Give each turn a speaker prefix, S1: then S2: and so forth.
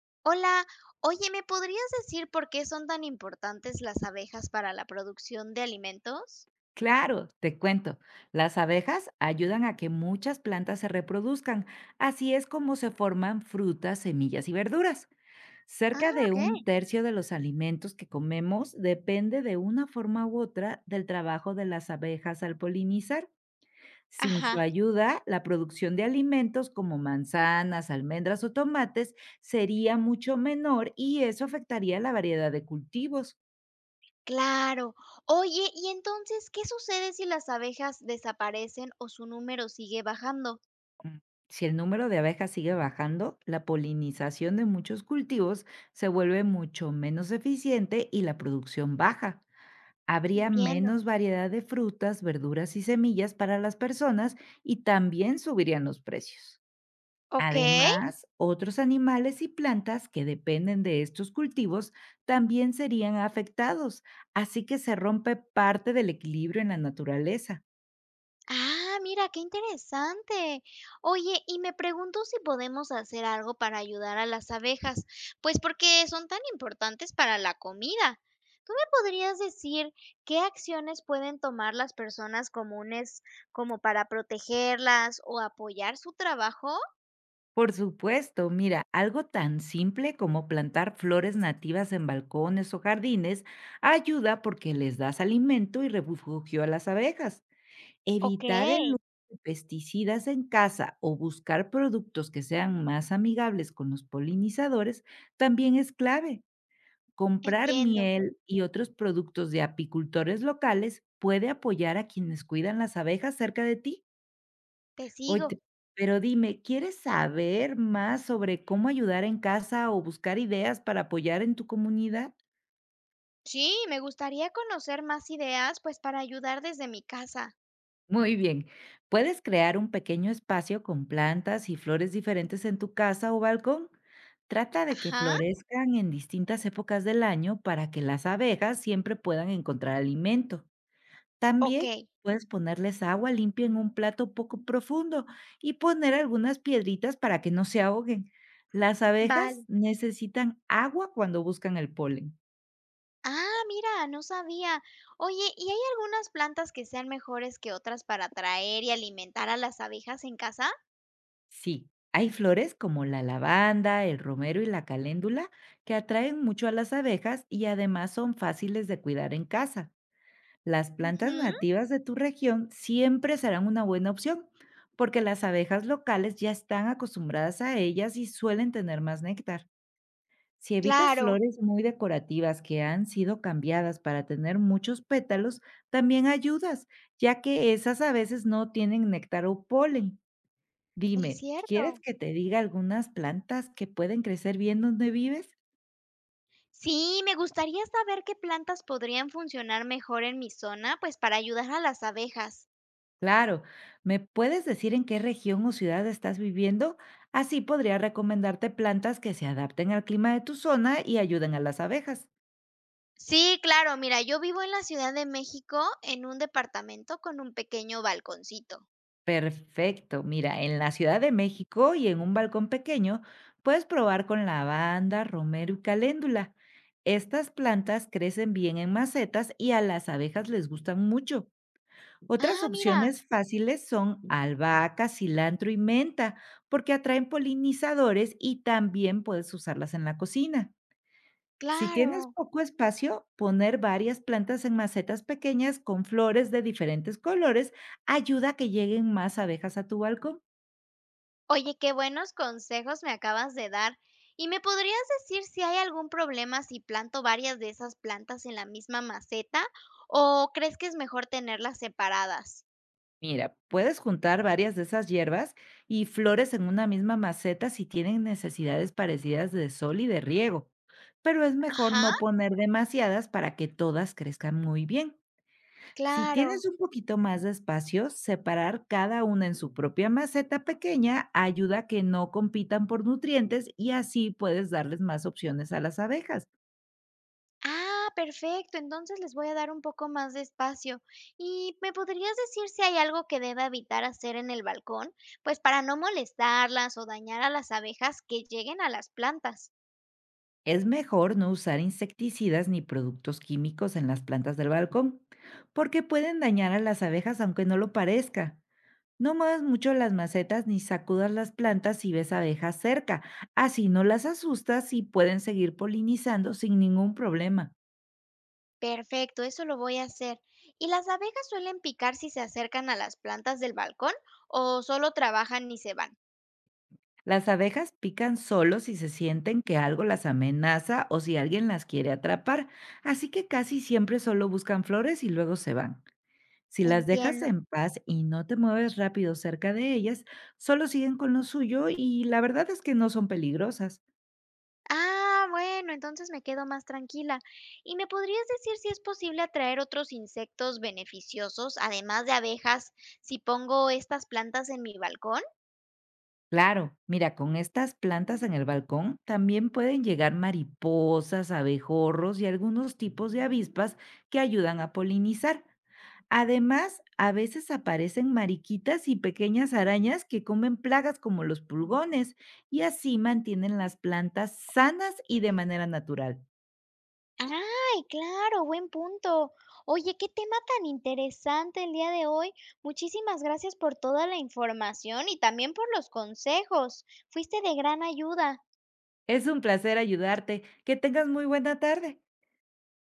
S1: Hola, oye, ¿me podrías decir por qué son tan importantes las abejas para la producción de alimentos?
S2: Claro, te cuento. Las abejas ayudan a que muchas plantas se reproduzcan. Así es como se forman frutas, semillas y verduras.
S1: Ah,
S2: Cerca de
S1: ok.
S2: un tercio de los alimentos que comemos depende de una forma u otra del trabajo de las abejas al polinizar. Sin su
S1: Ajá.
S2: ayuda, la producción de alimentos como manzanas, almendras o tomates sería mucho menor y eso afectaría la variedad de cultivos.
S1: Claro. Oye, ¿y entonces qué sucede si las abejas desaparecen o su número sigue bajando?
S2: Mm. Si el número de abejas sigue bajando, la polinización de muchos cultivos se vuelve mucho menos eficiente y la producción baja. Habría
S1: Entiendo.
S2: menos variedad de frutas, verduras y semillas para las personas y también subirían los precios.
S1: Ok.
S2: Además, otros animales y plantas que dependen de estos cultivos también serían afectados, así que se rompe parte del equilibrio en la naturaleza.
S1: Ah, mira, qué interesante. Oye, y me pregunto si podemos hacer algo para ayudar a las abejas, pues porque son tan importantes para la comida. ¿Tú me podrías decir qué acciones pueden tomar las personas comunes como para protegerlas o apoyar su trabajo?
S2: Por supuesto, mira, algo tan simple como plantar flores nativas en balcones o jardines ayuda porque les das alimento y refugio a las abejas.
S1: Ok,
S2: Evitar el uso de pesticidas en casa o buscar productos que sean más amigables con los polinizadores también es clave. Comprar
S1: entiendo,
S2: miel y otros productos de apicultores locales puede apoyar a quienes cuidan las abejas cerca de ti.
S1: te sigo.
S2: Oye, pero dime, ¿quieres saber más sobre cómo ayudar en casa o buscar ideas para apoyar en tu comunidad?
S1: Sí, me gustaría conocer más ideas, pues para ayudar desde mi casa.
S2: Muy bien, puedes crear un pequeño espacio con plantas y flores diferentes en tu casa o balcón. Trata de que
S1: Ajá,
S2: florezcan en distintas épocas del año para que las abejas siempre puedan encontrar alimento.
S1: ok,
S2: También puedes ponerles agua limpia en un plato poco profundo y poner algunas piedritas para que no se ahoguen. Las abejas
S1: vale.
S2: necesitan agua cuando buscan el polen.
S1: Ah, mira, no sabía. Oye, ¿y hay algunas plantas que sean mejores que otras para atraer y alimentar a las abejas en casa?
S2: Sí, hay flores como la lavanda, el romero y la caléndula que atraen mucho a las abejas y además son fáciles de cuidar en casa. Las plantas
S1: Ujú,
S2: nativas de tu región siempre serán una buena opción porque las abejas locales ya están acostumbradas a ellas y suelen tener más néctar. Si evitas
S1: claro,
S2: flores muy decorativas que han sido cambiadas para tener muchos pétalos, también ayudas, ya que esas a veces no tienen néctar o polen.
S1: es
S2: Dime, ¿quieres
S1: cierto.
S2: que te diga algunas plantas que pueden crecer bien donde vives?
S1: Sí, me gustaría saber qué plantas podrían funcionar mejor en mi zona, pues para ayudar a las abejas.
S2: Claro, ¿me puedes decir en qué región o ciudad estás viviendo? Así podría recomendarte plantas que se adapten al clima de tu zona y ayuden a las abejas.
S1: Sí, claro, mira, yo vivo en la Ciudad de México en un departamento con un pequeño balconcito.
S2: Perfecto. Mira, en la Ciudad de México y en un balcón pequeño puedes probar con lavanda, romero y caléndula. Estas plantas crecen bien en macetas y a las abejas les gustan mucho. Otras
S1: Ah, mira,
S2: opciones fáciles son albahaca, cilantro y menta, porque atraen polinizadores y también puedes usarlas en la cocina. Si tienes
S1: claro.
S2: poco espacio, poner varias plantas en macetas pequeñas con flores de diferentes colores ayuda a que lleguen más abejas a tu balcón.
S1: Oye, qué buenos consejos me acabas de dar. ¿Y me podrías decir si hay algún problema si planto varias de esas plantas en la misma maceta o crees que es mejor tenerlas separadas?
S2: Mira, puedes juntar varias de esas hierbas y flores en una misma maceta si tienen necesidades parecidas de sol y de riego, pero es mejor
S1: Ajá,
S2: no poner demasiadas para que todas crezcan muy bien. Si tienes
S1: claro.
S2: un poquito más de espacio, separar cada una en su propia maceta pequeña ayuda a que no compitan por nutrientes y así puedes darles más opciones a las abejas.
S1: Ah, perfecto. Entonces les voy a dar un poco más de espacio. ¿Y me podrías decir si hay algo que deba evitar hacer en el balcón? Pues para no molestarlas o dañar a las abejas que lleguen a las plantas.
S2: Es mejor no usar insecticidas ni productos químicos en las plantas del balcón, porque pueden dañar a las abejas aunque no lo parezca. No muevas mucho las macetas ni sacudas las plantas si ves abejas cerca, así no las asustas y pueden seguir polinizando sin ningún problema.
S1: Perfecto, eso lo voy a hacer. ¿Y las abejas suelen picar si se acercan a las plantas del balcón o solo trabajan y se van?
S2: Las abejas pican solo si se sienten que algo las amenaza o si alguien las quiere atrapar, así que casi siempre solo buscan flores y luego se van. Si las dejas
S1: Entiendo.
S2: en paz y no te mueves rápido cerca de ellas, solo siguen con lo suyo y la verdad es que no son peligrosas.
S1: Ah, bueno, entonces me quedo más tranquila. ¿Y me podrías decir si es posible atraer otros insectos beneficiosos, además de abejas, si pongo estas plantas en mi balcón?
S2: Claro, mira, con estas plantas en el balcón también pueden llegar mariposas, abejorros y algunos tipos de avispas que ayudan a polinizar. Además, a veces aparecen mariquitas y pequeñas arañas que comen plagas como los pulgones y así mantienen las plantas sanas y de manera natural.
S1: Ay, claro, buen punto. Oye, qué tema tan interesante el día de hoy. Muchísimas gracias por toda la información y también por los consejos. Fuiste de gran ayuda.
S2: Es un placer ayudarte. Que tengas muy buena tarde.